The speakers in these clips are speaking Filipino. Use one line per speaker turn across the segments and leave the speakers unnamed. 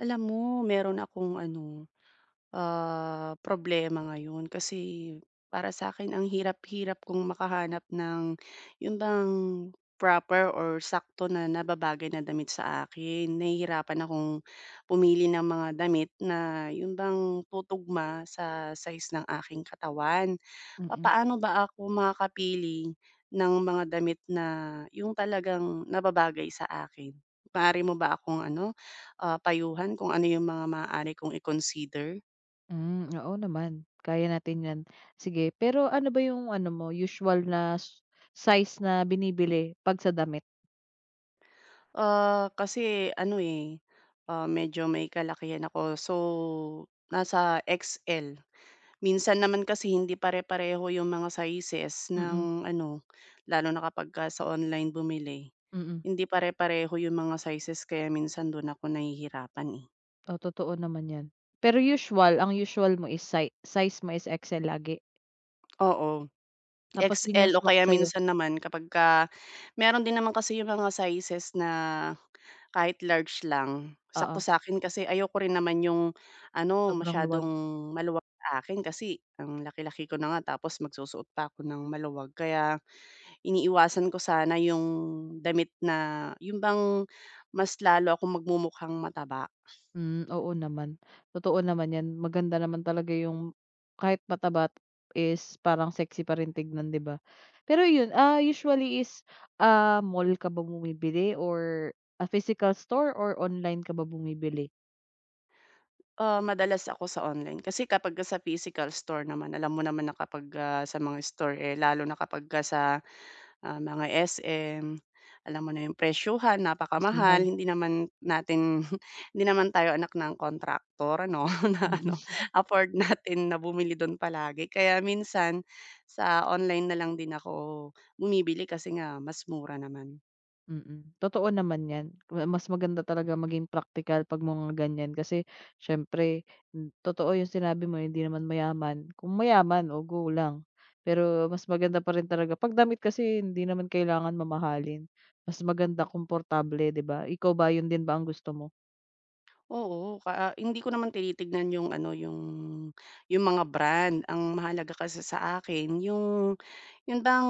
Alam mo meron akong ano, problema ngayon kasi para sa akin ang hirap-hirap kong makahanap ng yun bang proper or sakto na nababagay na damit sa akin. Nahihirapan akong pumili ng mga damit na yun bang tutugma sa size ng aking katawan.
Mm.
Papaano ba ako makakapili ng mga damit na yung talagang nababagay sa akin? Maaari mo ba akong ano, payuhan kung ano yung mga maaari kong i-consider?
Oo naman, kaya natin 'yan. Sige, pero ano ba yung ano mo, usual na size na binibili 'pag sa damit?
Ah, kasi ano, eh, medyo may kalakihan ako. So, nasa XL. Minsan naman kasi hindi pare-pareho yung mga sizes
Mm,
ng ano, lalo na kapagka sa online bumili.
mm.
Hindi pare-pareho yung mga sizes kaya minsan doon ako nahihirapan, eh.
Oh, totoo naman 'yan. Pero usual, ang usual mo is size mo is XL lagi?
Oo,
Tapos yun yung
XL o
swak
kaya
sa'yo?
minsan naman kapag ka meron din naman kasi yung mga sizes na kahit large lang, sakto
Oo,
sa'kin kasi ayoko rin naman yung ano,
sobrang luwag.
masyadong maluwag sa akin kasi ang laki-laki ko na nga tapos magsusuot pa ako ng maluwag kaya iniiwasan ko sana yung damit na yun bang mas lalo akong magmumukhang mataba.
Oo naman. Totoo naman 'yan. Maganda naman talaga yung kahit mataba is parang sexy pa rin tignan, 'di ba? Pero yun, usually is, mall ka ba bumibili or, a physical store or online ka ba bumibili?
Ah, madalas ako sa online kasi kapagka sa physical store naman alam mo naman na kapagka sa mga store, eh, lalo na kapagka sa mga SM, alam mo na yung presyuhan,
Mas
napakamahal.
mahal?
Hindi naman natin hindi naman tayo anak ng kontraktor ano, na ano,
Mm.
afford natin na bumili dun palagi. Kaya minsan sa online na lang din ako bumibili kasi nga mas mura naman.
Mm, totoo naman 'yan. Mas maganda talaga maging praktikal 'pag mga ganyan kasi siyempre totoo yung sinabi mo hindi naman mayaman. Kung mayaman, o go lang. Pero mas maganda pa rin talaga pagdamit kasi hindi naman kailangan mamahalin. Mas maganda komportable, 'di ba? Ikaw ba, yun din ba ang gusto mo?
Oo, hindi ko naman tinitignan yung ano, yung mga brand. Ang mahalaga kasi sa akin yung yun bang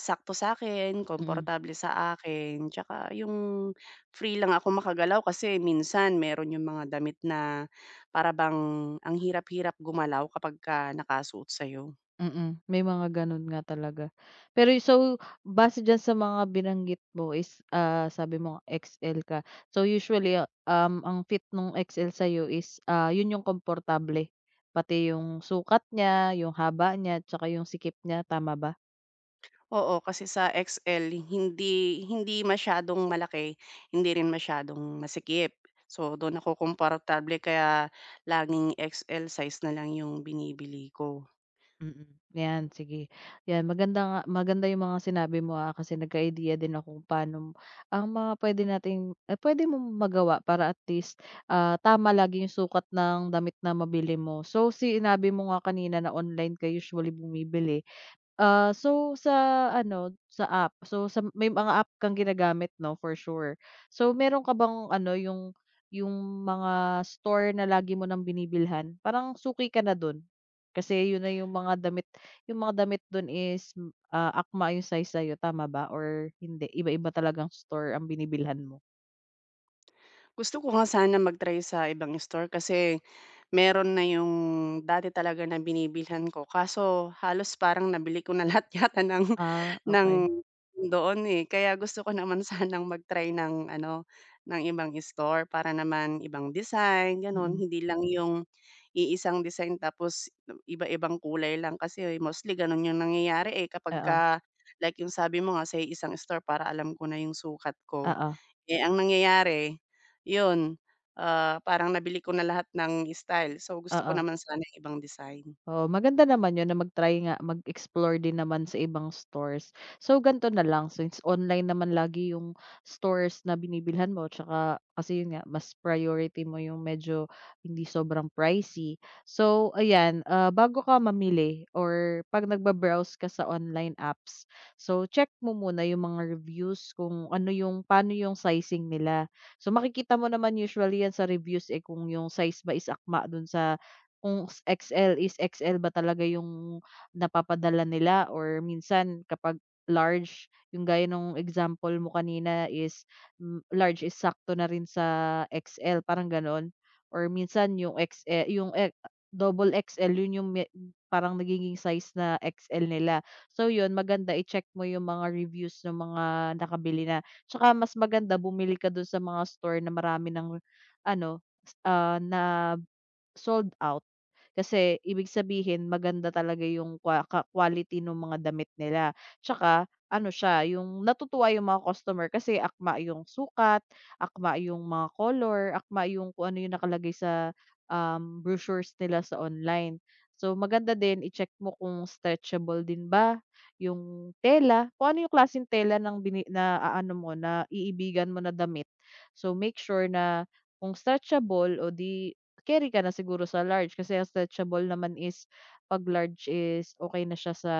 sakto sa akin
Mm.
komportable sa akin, tsaka yung free lang ako makagalaw kasi minsan meron yung mga damit na para bang ang hirap-hirap gumalaw kapagka nakasuot sa'yo.
Mm, may mga gano'n nga talaga. Pero so, base diyan sa mga binanggit mo is, sabi mo XL ka. So usually, ang fit nung XL sa'yo is, 'yun yung komportable, pati yung sukat niya, yung haba niya, tsaka yung sikip niya, tama ba?
Oo, kasi sa XL hindi hindi masyadong malaki, hindi rin masyadong masikip. So dun ako komportable kaya laging XL size na lang yung binibili ko.
Mm, 'yan sige. 'Yan maganda nga maganda yung mga sinabi mo, kasi nagka-ideya din ako kung paano ang mga puwede nating eh pwede mo magawa para at least, tama lagi yung sukat ng damit na mabili mo. So, sinabi mo nga kanina na online ka usually bumibili. So sa ano, sa app, so sa may mga app kang ginagamit 'no, for sure. So meron ka bang ano, yung mga store na lagi mo ng binibilhan, parang suki ka na dun? Kasi yun na yung mga damit dun is, akma yung size sa'yo, tama ba or hindi, iba-iba talagang store ang binibilhan mo?
Gusto ko nga sana mag-try sa ibang store kasi meron na yung dati talaga na binibilhan ko kaso halos parang nabili ko na lahat yata ng
Ah,
ng
okay.
doon, eh. Kaya gusto ko naman sanang mag-try ng ano, ng ibang store para naman ibang design, gano'n.
Mm.
Hindi lang yung iisang design tapos iba-ibang kulay lang kasi eh, mostly gano'n yung nangyayari, eh,
Oo,
kapagka like yung sabi mo nga sa isang store para alam ko na yung sukat ko.
oo, oo,
Eh, ang nangyayari, yun, parang nabili ko na lahat ng style. So, gusto ko
oo.
naman sana yung ibang design.
Oo, maganda naman 'yun na mag-try nga, mag-explore din naman sa ibang stores. So, gan'to na lang, since online naman lagi yung stores na binibilhan mo tsaka kasi 'yun nga, mas priority mo yung medyo hindi sobrang pricey. So, ayan, bago ka mamili or 'pag nagbabrowse ka sa online apps, so check mo muna yung mga reviews kung ano yung paano yung sizing nila. So, makikita mo naman usually 'yan sa reviews, eh, kung yung size ba is akma do'n sa kung XL is XL ba talaga yung napapadala nila or minsan kapag large, yung gaya nung example mo kanina is, large is sakto na rin sa XL parang gano'n? Or minsan yung XL yung e double XL yun yung parang nagiging size na XL nila. So yun maganda i-check mo yung mga reviews ng mga nakabili na. Tsaka mas maganda bumili ka dun sa mga store na marami ng ano, na sold out. Kasi ibig sabihin maganda talaga yung kwa ka quality nung mga damit nila. Tsaka ano siya, yung natutuwa yung mga customer kasi akma yung sukat, akma yung mga color, akma yung kung ano yung nakalagay sa, brochures nila sa online. So maganda din i-check mo kung stretchable din ba yung tela, kung ano yung klaseng tela ng bini naaano mo, na iibigan mo na damit. So make sure na kung stretchable o 'di carry ka na siguro sa large kasi ang stretchable naman is 'pag large is okay na siya sa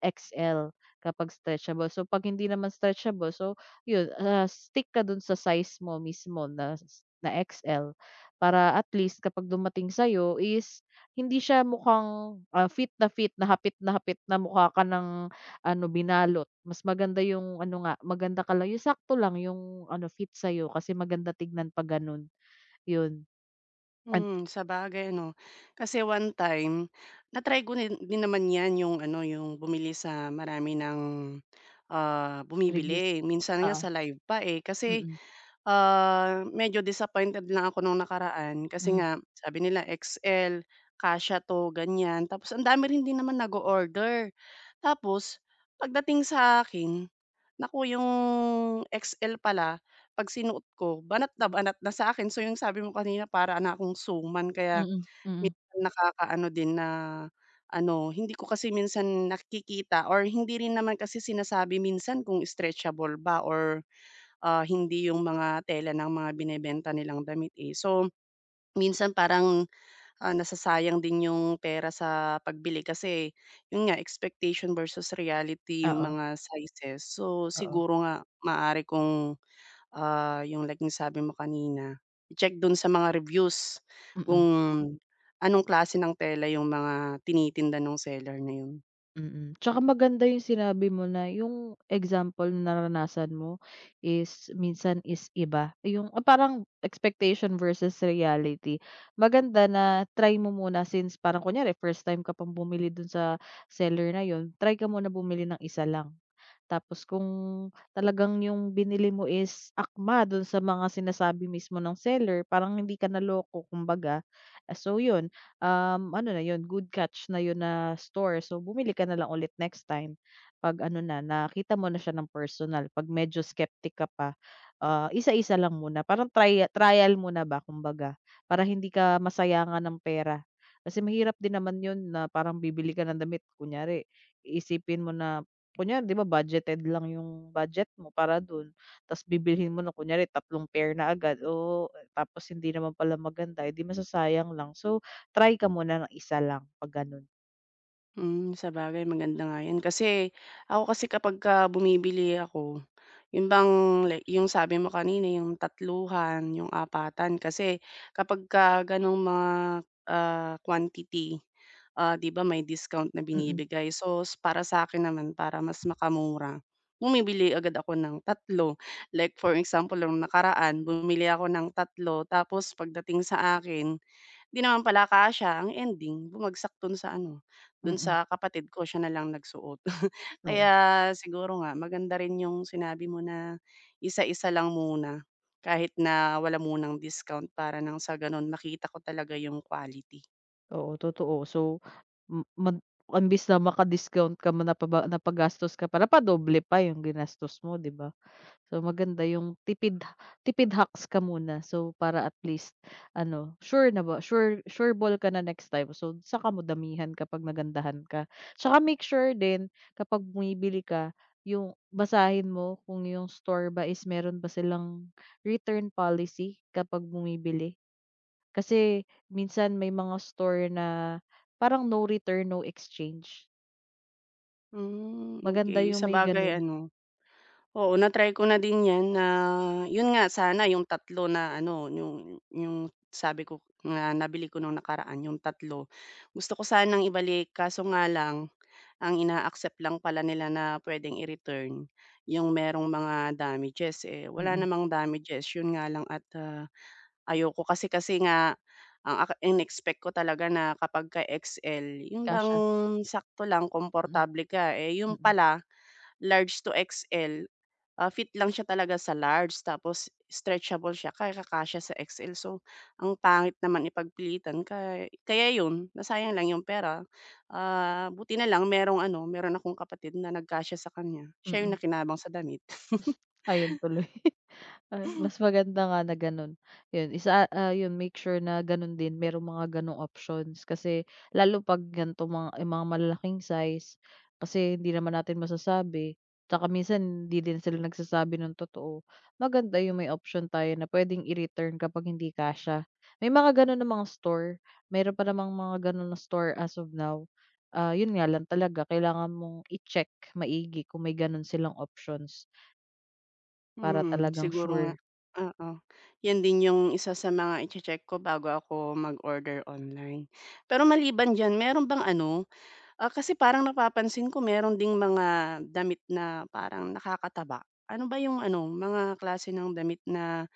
XL kapag stretchable. So 'pag hindi naman stretchable, so yun, stick ka dun sa size mo mismo na s na XL para at least kapag dumating sa'yo is hindi siya mukhang, fit na hapit na hapit na mukha ka ng ano binalot. Mas maganda yung ano nga, maganda ka lang yung sakto lang yung ano fit sa'yo kasi maganda tignan 'pag ganun, yun.
Sabagay ano, kasi one time, na-try ko nin din naman 'yan yung ano, yung bumili sa marami ng,
Reviews,
bumibili. Minsan nga
oo,
sa live pa, eh, kasi
mm.
Medyo disappointed lang ako nung nakaraan kasi
Hmm,
nga sabi nila XL, kasya 'to, ganyan. Tapos ang dami rin din naman nag order. Tapos pagdating sa akin, naku, yung XL pala 'pag sinuot ko banat na sa akin. So yung sabi mo kanina para na akong suman kaya
mm, mm.
minsan nakakaano din na ano, hindi ko kasi minsan nakikita or hindi rin naman kasi sinasabi minsan kung stretchable ba or hindi yung mga tela ng mga binebenta nilang damit, eh. So, minsan parang, nasasayang din yung pera sa pagbili kasi yun nga expectation versus reality yung
Oo,
mga sizes. So,
oo.
siguro nga maaari kung, yung like yung sabi mo kanina, check dun sa mga reviews kung
Mm,
anong klase ng tela yung mga tinitinda ng seller na yun.
mm. Tsaka maganda yung sinabi mo na yung example na naranasan mo is minsan is iba, yung parang expectation versus reality. Maganda na try mo muna since parang kunyari first time ka pang bumili dun sa seller na yun, try ka muna bumili ng isa lang. Tapos kung talagang yung binili mo is akma dun sa mga sinasabi mismo ng seller, parang hindi ka naloko kumbaga. So yun, ano na yun, good catch na yun na store. So bumili ka na lang ulit next time 'pag ano na, nakita mo na siya ng personal. 'Pag medyo skeptic ka pa, isa-isa lang muna. Parang trial muna ba kumbaga, para hindi ka masayangan ng pera. Kasi mahirap din naman yun na parang bibili ka ng damit kunyari isipin mo na kunyari 'di ba budgeted lang yung budget mo para dun, tas bibilhin mo na kunyari tatlong pair na agad o tapos hindi naman pala maganda, eh, 'di masasayang lang. So, try ka muna ng isa lang 'pag ganun.
Hmm, sabagay maganda nga yan kasi ako kasi kapagka bumibili ako. Yun bang like yung sabi mo kanina yung tatluhan, yung apatan kasi kapagka ganong mga, quantity, 'di ba may discount na
Mm,
binibigay. So, para sa akin naman para mas makamura, bumibili agad ako ng tatlo. Like for example, nung nakaraan bumili ako ng tatlo tapos pagdating sa akin. 'Di naman pala kasya ang ending, bumagsak dun sa ano, dun
mm.
sa kapatid ko siya na lang nagsuot. Kaya
No,
siguro nga maganda rin yung sinabi mo na isa-isa lang muna, kahit na wala munang discount para nang sa ganun makita ko talaga yung quality.
oo totoo. So, m mag imbis na maka-discount ka ma napaba napagastos ka pa, napadoble pa yung ginastos mo 'di ba? So, maganda yung tipid tipid hacks ka muna. So, para at least ano, sure na ba sure sure ball ka na next time. So, saka mo damihan kapag nagandahan ka. Tsaka make sure din kapag bumibili ka, yung basahin mo kung yung store ba is meron ba silang return policy kapag bumibili. Kasi minsan may mga store na parang no return, no exchange.
Hmm,
Maganda
okey
yung may
sabagay
ganun.
ano, oo na-try ko na din 'yan na yun nga sana yung tatlo na ano yung sabi ko na nabili ko nung nakaraan yung tatlo gusto ko sanang ibalik kaso nga lang. Ang ina-accept lang pala nila na pwedeng i-return, yung merong mga damages, eh, wala
Mm,
namang damages. Yun nga lang at, ayoko kasi kasi nga ang inexpect ko talaga na kapagka XL, yung bang
kasya.
sakto lang,
Mm,
komportable ka, eh, yung
mm,
pala large to XL, fit lang siya talaga sa large tapos stretchable siya kaya kakasya sa XL. So, ang pangit naman ipagpilitan kaya kaya yun, nasayang lang yung pera. Ah, buti na lang meron akong kapatid na nagkasya sa kanya, siya yung
mm.
nakinabang sa damit.
Ayun tuloy. Mas maganda nga na gano'n. 'Yun isa, 'yun make sure na gano'n din merong mga gano'ng options kasi lalo 'pag ganito mga yung mga malalaking size kasi hindi naman natin masasabi, tsaka minsan hindi din sila nagsasabi ng totoo. Maganda yung may option tayo na puwedeng i-return kapag hindi kasya. May mga gano'n mga store, meron pa namang mga gano'n na store as of now. 'Yun nga lang talaga kailangan mong i-check maigi kung may gano'n silang options. Para
Mm,
talagang
siguro nga.
sure.
Oo, yan din yung isa sa mga iche-check ko bago ako mag-order online. Pero maliban diyan meron bang ano, kasi parang napapansin ko meron ding mga damit na parang nakakataba. Ano ba yung ano, mga klase ng damit na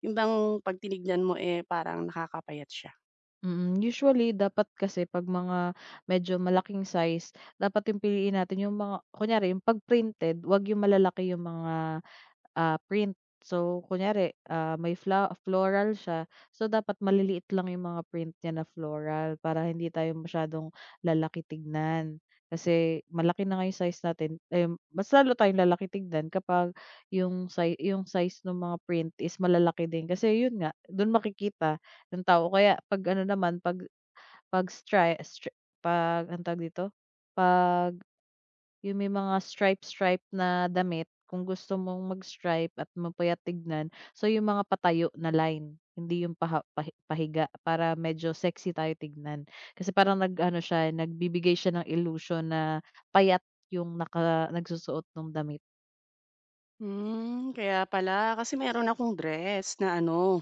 yung bang 'pag tinignan mo, eh, parang nakakapayat siya?
Mm, usually dapat kasi 'pag mga medyo malaking size dapat yung piliin natin yung mga kunyari yung 'pag printed 'wag yung malalaki yung mga print. So, kunyari, may floral siya, so dapat maliliit lang yung mga print niya na floral para hindi tayo masyadong lalaki tignan. Kasi malaki na nga yung size natin, eh, mas lalo tayong lalaki tignan kapag yung size ng mga print is malalaki din. Kasi yun nga, dun makikita ng tao. Kaya 'pag ano naman, 'pag 'pag stri stri 'pag anong tawag dito? 'Pag yung may mga stripe-stripe na damit, kung gusto mong mag-stripe at mapayat tignan, so yung mga patayo na line, hindi yung paha pahi pahiga para medyo sexy tayo tignan. Kasi parang nag-ano siya, nagbibigay siya ng illusion na payat yung nagsusuot ng damit,
Hmm, kaya pala. Kasi meron akong dress na ano.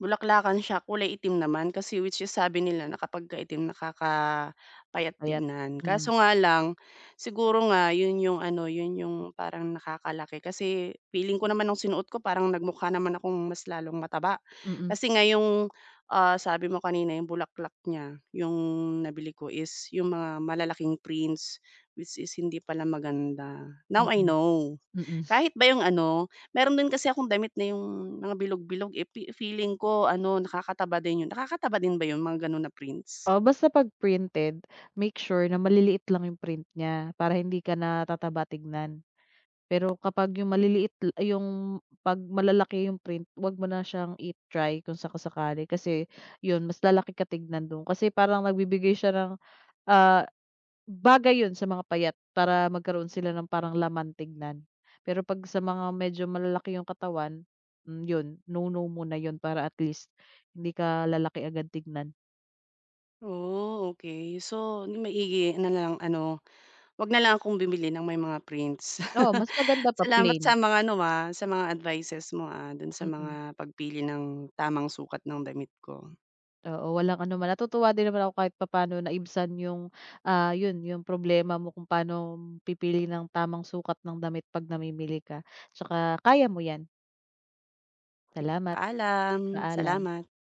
Bulaklakan siya, kulay itim naman kasi which is sabi nila na kapag ka itim nakakapayat
payat.
tignan.
Mm,
Kaso nga lang, siguro nga 'yun 'yung parang nakakalaki kasi feeling ko naman nung sinuot ko parang nagmukha naman akong mas lalong mataba.
mm,
Kasi nga 'yung, sabi mo kanina 'yung bulaklak niya, 'yung nabili ko is 'yung mga malalaking prints, which is hindi pala maganda. Now I
mm,
know.
mm.
Kahit ba 'yung ano. Meron din kasi akong damit na yung mga bilog-bilog, eh, feeling ko ano nakakataba din yun. Nakakataba din ba yun mga ganon na prints?
Oo, basta 'pag printed, make sure na maliliit lang yung print niya para hindi ka natataba tignan. Pero kapag yung maliliit la yung 'pag malalaki yung print, 'wag mo na siyang i-try kung saka-sakali kasi yun mas lalaki ka tignan dun. Kasi parang nagbibigay siya ng, ah, bagay yun sa mga payat para magkaroon sila ng parang laman tignan. Pero 'pag sa mga medyo malalaki yung katawan, yun, no-no muna yun para at least hindi ka lalaki agad tignan.
Oh, okey. So maigi ano na lang ano, 'wag na lang akong bumili ng may mga prints.
Oo, mas maganda pa
Salamat
plain,
sa mga ano, sa mga advices mo, dun sa
mm. Mm.
mga pagpili ng tamang sukat ng damit ko.
Oo, walang anuman. Natutuwa din naman ako kahit papaano naibsan yung, yun, yung problema mo kung paano pipili ng tamang sukat ng damit 'pag namimili ka. Tsaka kaya mo yan. Salamat,
Paalam,
paalam.
salamat.